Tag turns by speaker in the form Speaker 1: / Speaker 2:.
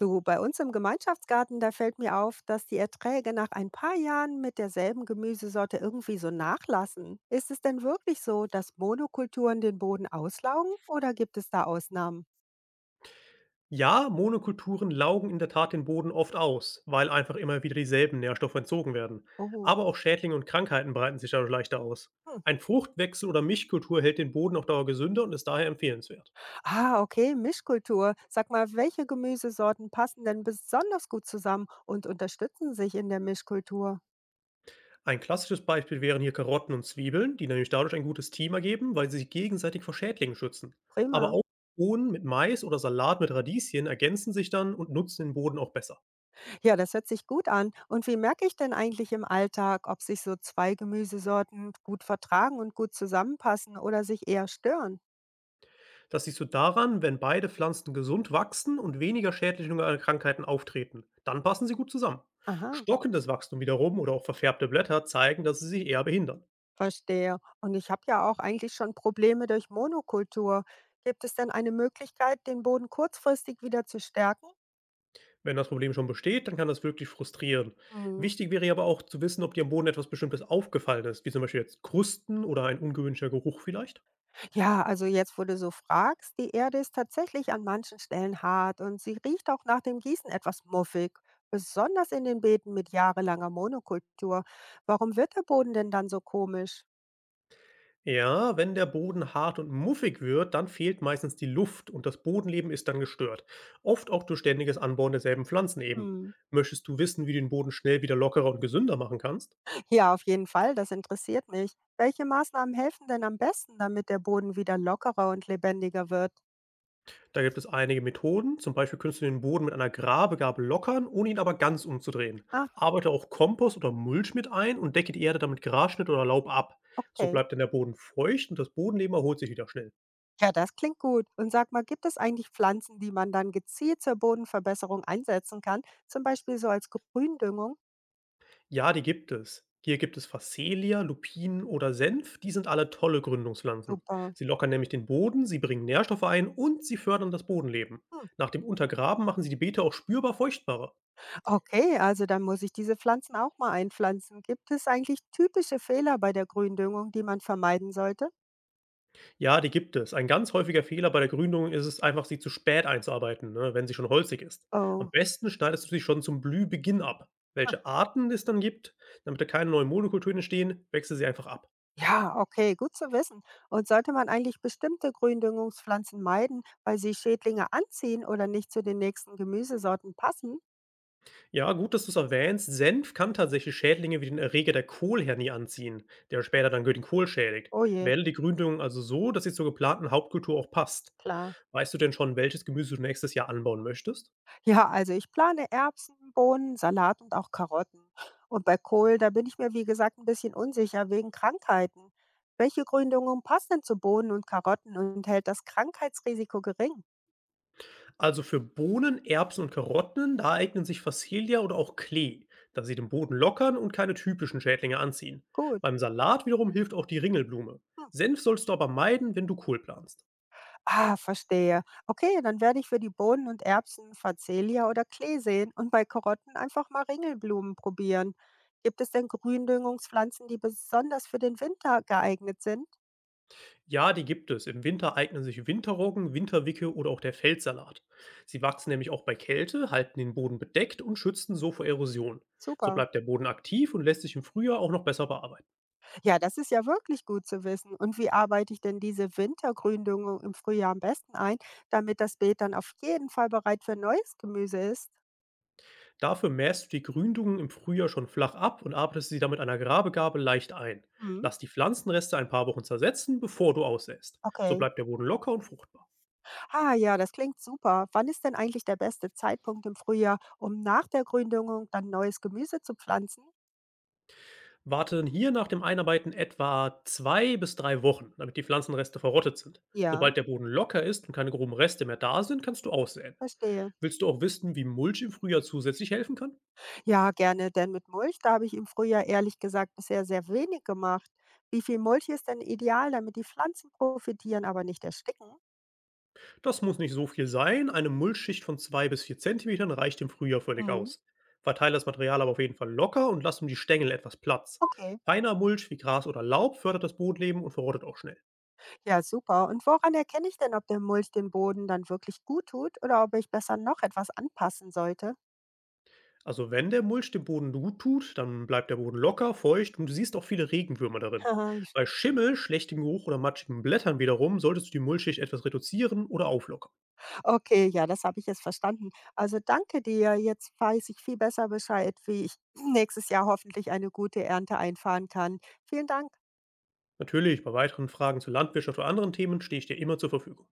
Speaker 1: Du, bei uns im Gemeinschaftsgarten, da fällt mir auf, dass die Erträge nach ein paar Jahren mit derselben Gemüsesorte irgendwie so nachlassen. Ist es denn wirklich so, dass Monokulturen den Boden auslaugen oder gibt es da Ausnahmen?
Speaker 2: Ja, Monokulturen laugen in der Tat den Boden oft aus, weil einfach immer wieder dieselben Nährstoffe entzogen werden.
Speaker 1: Oh.
Speaker 2: Aber auch Schädlinge und Krankheiten breiten sich dadurch leichter aus.
Speaker 1: Hm.
Speaker 2: Ein Fruchtwechsel oder Mischkultur hält den Boden auf Dauer gesünder und ist daher empfehlenswert.
Speaker 1: Ah, okay, Mischkultur. Sag mal, welche Gemüsesorten passen denn besonders gut zusammen und unterstützen sich in der Mischkultur?
Speaker 2: Ein klassisches Beispiel wären hier Karotten und Zwiebeln, die nämlich dadurch ein gutes Team ergeben, weil sie sich gegenseitig vor Schädlingen schützen. Aber
Speaker 1: Prima.
Speaker 2: auch Bohnen mit Mais oder Salat mit Radieschen ergänzen sich dann und nutzen den Boden auch besser.
Speaker 1: Ja, das hört sich gut an. Und wie merke ich denn eigentlich im Alltag, ob sich so zwei Gemüsesorten gut vertragen und gut zusammenpassen oder sich eher stören?
Speaker 2: Das siehst du daran, wenn beide Pflanzen gesund wachsen und weniger schädliche Krankheiten auftreten. Dann passen sie gut zusammen.
Speaker 1: Aha,
Speaker 2: Stockendes Wachstum wiederum oder auch verfärbte Blätter zeigen, dass sie sich eher behindern.
Speaker 1: verstehe. Und ich habe ja auch eigentlich schon Probleme durch Monokultur. Gibt es denn eine Möglichkeit, den Boden kurzfristig wieder zu stärken?
Speaker 2: Wenn das Problem schon besteht, dann kann das wirklich frustrieren.
Speaker 1: Hm.
Speaker 2: Wichtig wäre aber auch zu wissen, ob dir am Boden etwas Bestimmtes aufgefallen ist, wie zum Beispiel jetzt Krusten oder ein ungewöhnlicher Geruch vielleicht.
Speaker 1: Ja, also jetzt, wo du so fragst, die Erde ist tatsächlich an manchen Stellen hart und sie riecht auch nach dem Gießen etwas muffig, besonders in den Beeten mit jahrelanger Monokultur. Warum wird der Boden denn dann so komisch?
Speaker 2: Ja, wenn der Boden hart und muffig wird, dann fehlt meistens die Luft und das Bodenleben ist dann gestört. Oft auch durch ständiges Anbauen derselben Pflanzen eben.
Speaker 1: Hm.
Speaker 2: Möchtest du wissen, wie du den Boden schnell wieder lockerer und gesünder machen kannst?
Speaker 1: Ja, auf jeden Fall, das interessiert mich. Welche Maßnahmen helfen denn am besten, damit der Boden wieder lockerer und lebendiger wird?
Speaker 2: Da gibt es einige Methoden. Zum Beispiel kannst du den Boden mit einer Grabegabel lockern, ohne ihn aber ganz umzudrehen.
Speaker 1: Ah,
Speaker 2: Arbeite auch Kompost oder Mulch mit ein und decke die Erde damit Grasschnitt oder Laub ab. So
Speaker 1: okay.
Speaker 2: bleibt dann der Boden feucht und das Bodenleben erholt sich wieder schnell.
Speaker 1: Ja, das klingt gut. Und sag mal, gibt es eigentlich Pflanzen, die man dann gezielt zur Bodenverbesserung einsetzen kann? Zum Beispiel so als Gründüngung?
Speaker 2: Ja, die gibt es. Hier gibt es Phacelia, Lupinen oder Senf. Die sind alle tolle Gründungspflanzen.
Speaker 1: Super.
Speaker 2: Sie lockern nämlich den Boden, sie bringen Nährstoffe ein und sie fördern das Bodenleben.
Speaker 1: Hm.
Speaker 2: Nach dem Untergraben machen sie die Beete auch spürbar feuchtbarer.
Speaker 1: Okay, also dann muss ich diese Pflanzen auch mal einpflanzen. Gibt es eigentlich typische Fehler bei der Gründüngung, die man vermeiden sollte?
Speaker 2: Ja, die gibt es. Ein ganz häufiger Fehler bei der Gründung ist es einfach, sie zu spät einzuarbeiten, ne, wenn sie schon holzig ist. Am
Speaker 1: Oh,
Speaker 2: besten schneidest du sie schon zum Blühbeginn ab.
Speaker 1: ah,
Speaker 2: Welche Arten es dann gibt, damit da keine neuen Monokulturen entstehen, wechsel sie einfach ab.
Speaker 1: ja, okay, gut zu wissen. Und sollte man eigentlich bestimmte Gründüngungspflanzen meiden, weil sie Schädlinge anziehen oder nicht zu den nächsten Gemüsesorten passen?
Speaker 2: Ja, gut, dass du es erwähnst. Senf kann tatsächlich Schädlinge wie den Erreger der Kohlhernie anziehen, der später dann den Kohl schädigt.
Speaker 1: Oh je,
Speaker 2: Wähle die Gründung also so, dass sie zur geplanten Hauptkultur auch passt.
Speaker 1: klar.
Speaker 2: Weißt du denn schon, welches Gemüse du nächstes Jahr anbauen möchtest?
Speaker 1: Ja, also ich plane Erbsen, Bohnen, Salat und auch Karotten. Und bei Kohl, da bin ich mir, wie gesagt, ein bisschen unsicher wegen Krankheiten. Welche Gründung passt denn zu Bohnen und Karotten und hält das Krankheitsrisiko gering?
Speaker 2: Also für Bohnen, Erbsen und Karotten, da eignen sich Fassilia oder auch Klee, da sie den Boden lockern und keine typischen Schädlinge anziehen.
Speaker 1: Gut.
Speaker 2: Beim Salat wiederum hilft auch die Ringelblume.
Speaker 1: Hm.
Speaker 2: Senf sollst du aber meiden, wenn du Kohl planst.
Speaker 1: Ah, verstehe. Okay, dann werde ich für die Bohnen und Erbsen Facelia oder Klee sehen und bei Karotten einfach mal Ringelblumen probieren. Gibt es denn Gründüngungspflanzen, die besonders für den Winter geeignet sind?
Speaker 2: Ja, die gibt es. Im Winter eignen sich Winterroggen, Winterwicke oder auch der Feldsalat. Sie wachsen nämlich auch bei Kälte, halten den Boden bedeckt und schützen so vor Erosion. So
Speaker 1: Super.
Speaker 2: bleibt der Boden aktiv und lässt sich im Frühjahr auch noch besser bearbeiten.
Speaker 1: Ja, das ist ja wirklich gut zu wissen. Und wie arbeite ich denn diese Wintergründüngung im Frühjahr am besten ein, damit das Beet dann auf jeden Fall bereit für neues Gemüse ist?
Speaker 2: Dafür mäst du die Gründungen im Frühjahr schon flach ab und arbeitest sie dann mit einer Grabegabel leicht ein.
Speaker 1: Hm,
Speaker 2: Lass die Pflanzenreste ein paar Wochen zersetzen, bevor du aussäst. So
Speaker 1: okay.
Speaker 2: bleibt der Boden locker und fruchtbar.
Speaker 1: Ah ja, das klingt super. Wann ist denn eigentlich der beste Zeitpunkt im Frühjahr, um nach der Gründüngung dann neues Gemüse zu pflanzen?
Speaker 2: Warten hier nach dem Einarbeiten etwa 2 bis 3 Wochen, damit die Pflanzenreste verrottet sind.
Speaker 1: Ja,
Speaker 2: Sobald der Boden locker ist und keine groben Reste mehr da sind, kannst du aussäen.
Speaker 1: verstehe.
Speaker 2: Willst du auch wissen, wie Mulch im Frühjahr zusätzlich helfen kann?
Speaker 1: Ja, gerne, denn mit Mulch, da habe ich im Frühjahr ehrlich gesagt bisher sehr wenig gemacht. Wie viel Mulch ist denn ideal, damit die Pflanzen profitieren, aber nicht ersticken?
Speaker 2: Das muss nicht so viel sein. Eine Mulchschicht von 2 bis 4 Zentimetern reicht im Frühjahr völlig
Speaker 1: Hm,
Speaker 2: aus. Verteile das Material aber auf jeden Fall locker und lass um die Stängel etwas Platz.
Speaker 1: okay.
Speaker 2: Feiner Mulch wie Gras oder Laub fördert das Bodenleben und verrottet auch schnell.
Speaker 1: Ja, super. Und woran erkenne ich denn, ob der Mulch dem Boden dann wirklich gut tut oder ob ich besser noch etwas anpassen sollte?
Speaker 2: Also wenn der Mulch dem Boden gut tut, dann bleibt der Boden locker, feucht und du siehst auch viele Regenwürmer darin.
Speaker 1: Haha, Ich-
Speaker 2: Bei Schimmel, schlechtem Geruch oder matschigen Blättern wiederum solltest du die Mulchschicht etwas reduzieren oder auflockern.
Speaker 1: okay, ja, das habe ich jetzt verstanden. Also danke dir. Jetzt weiß ich viel besser Bescheid, wie ich nächstes Jahr hoffentlich eine gute Ernte einfahren kann. Vielen Dank.
Speaker 2: Natürlich, bei weiteren Fragen zur Landwirtschaft oder anderen Themen stehe ich dir immer zur Verfügung.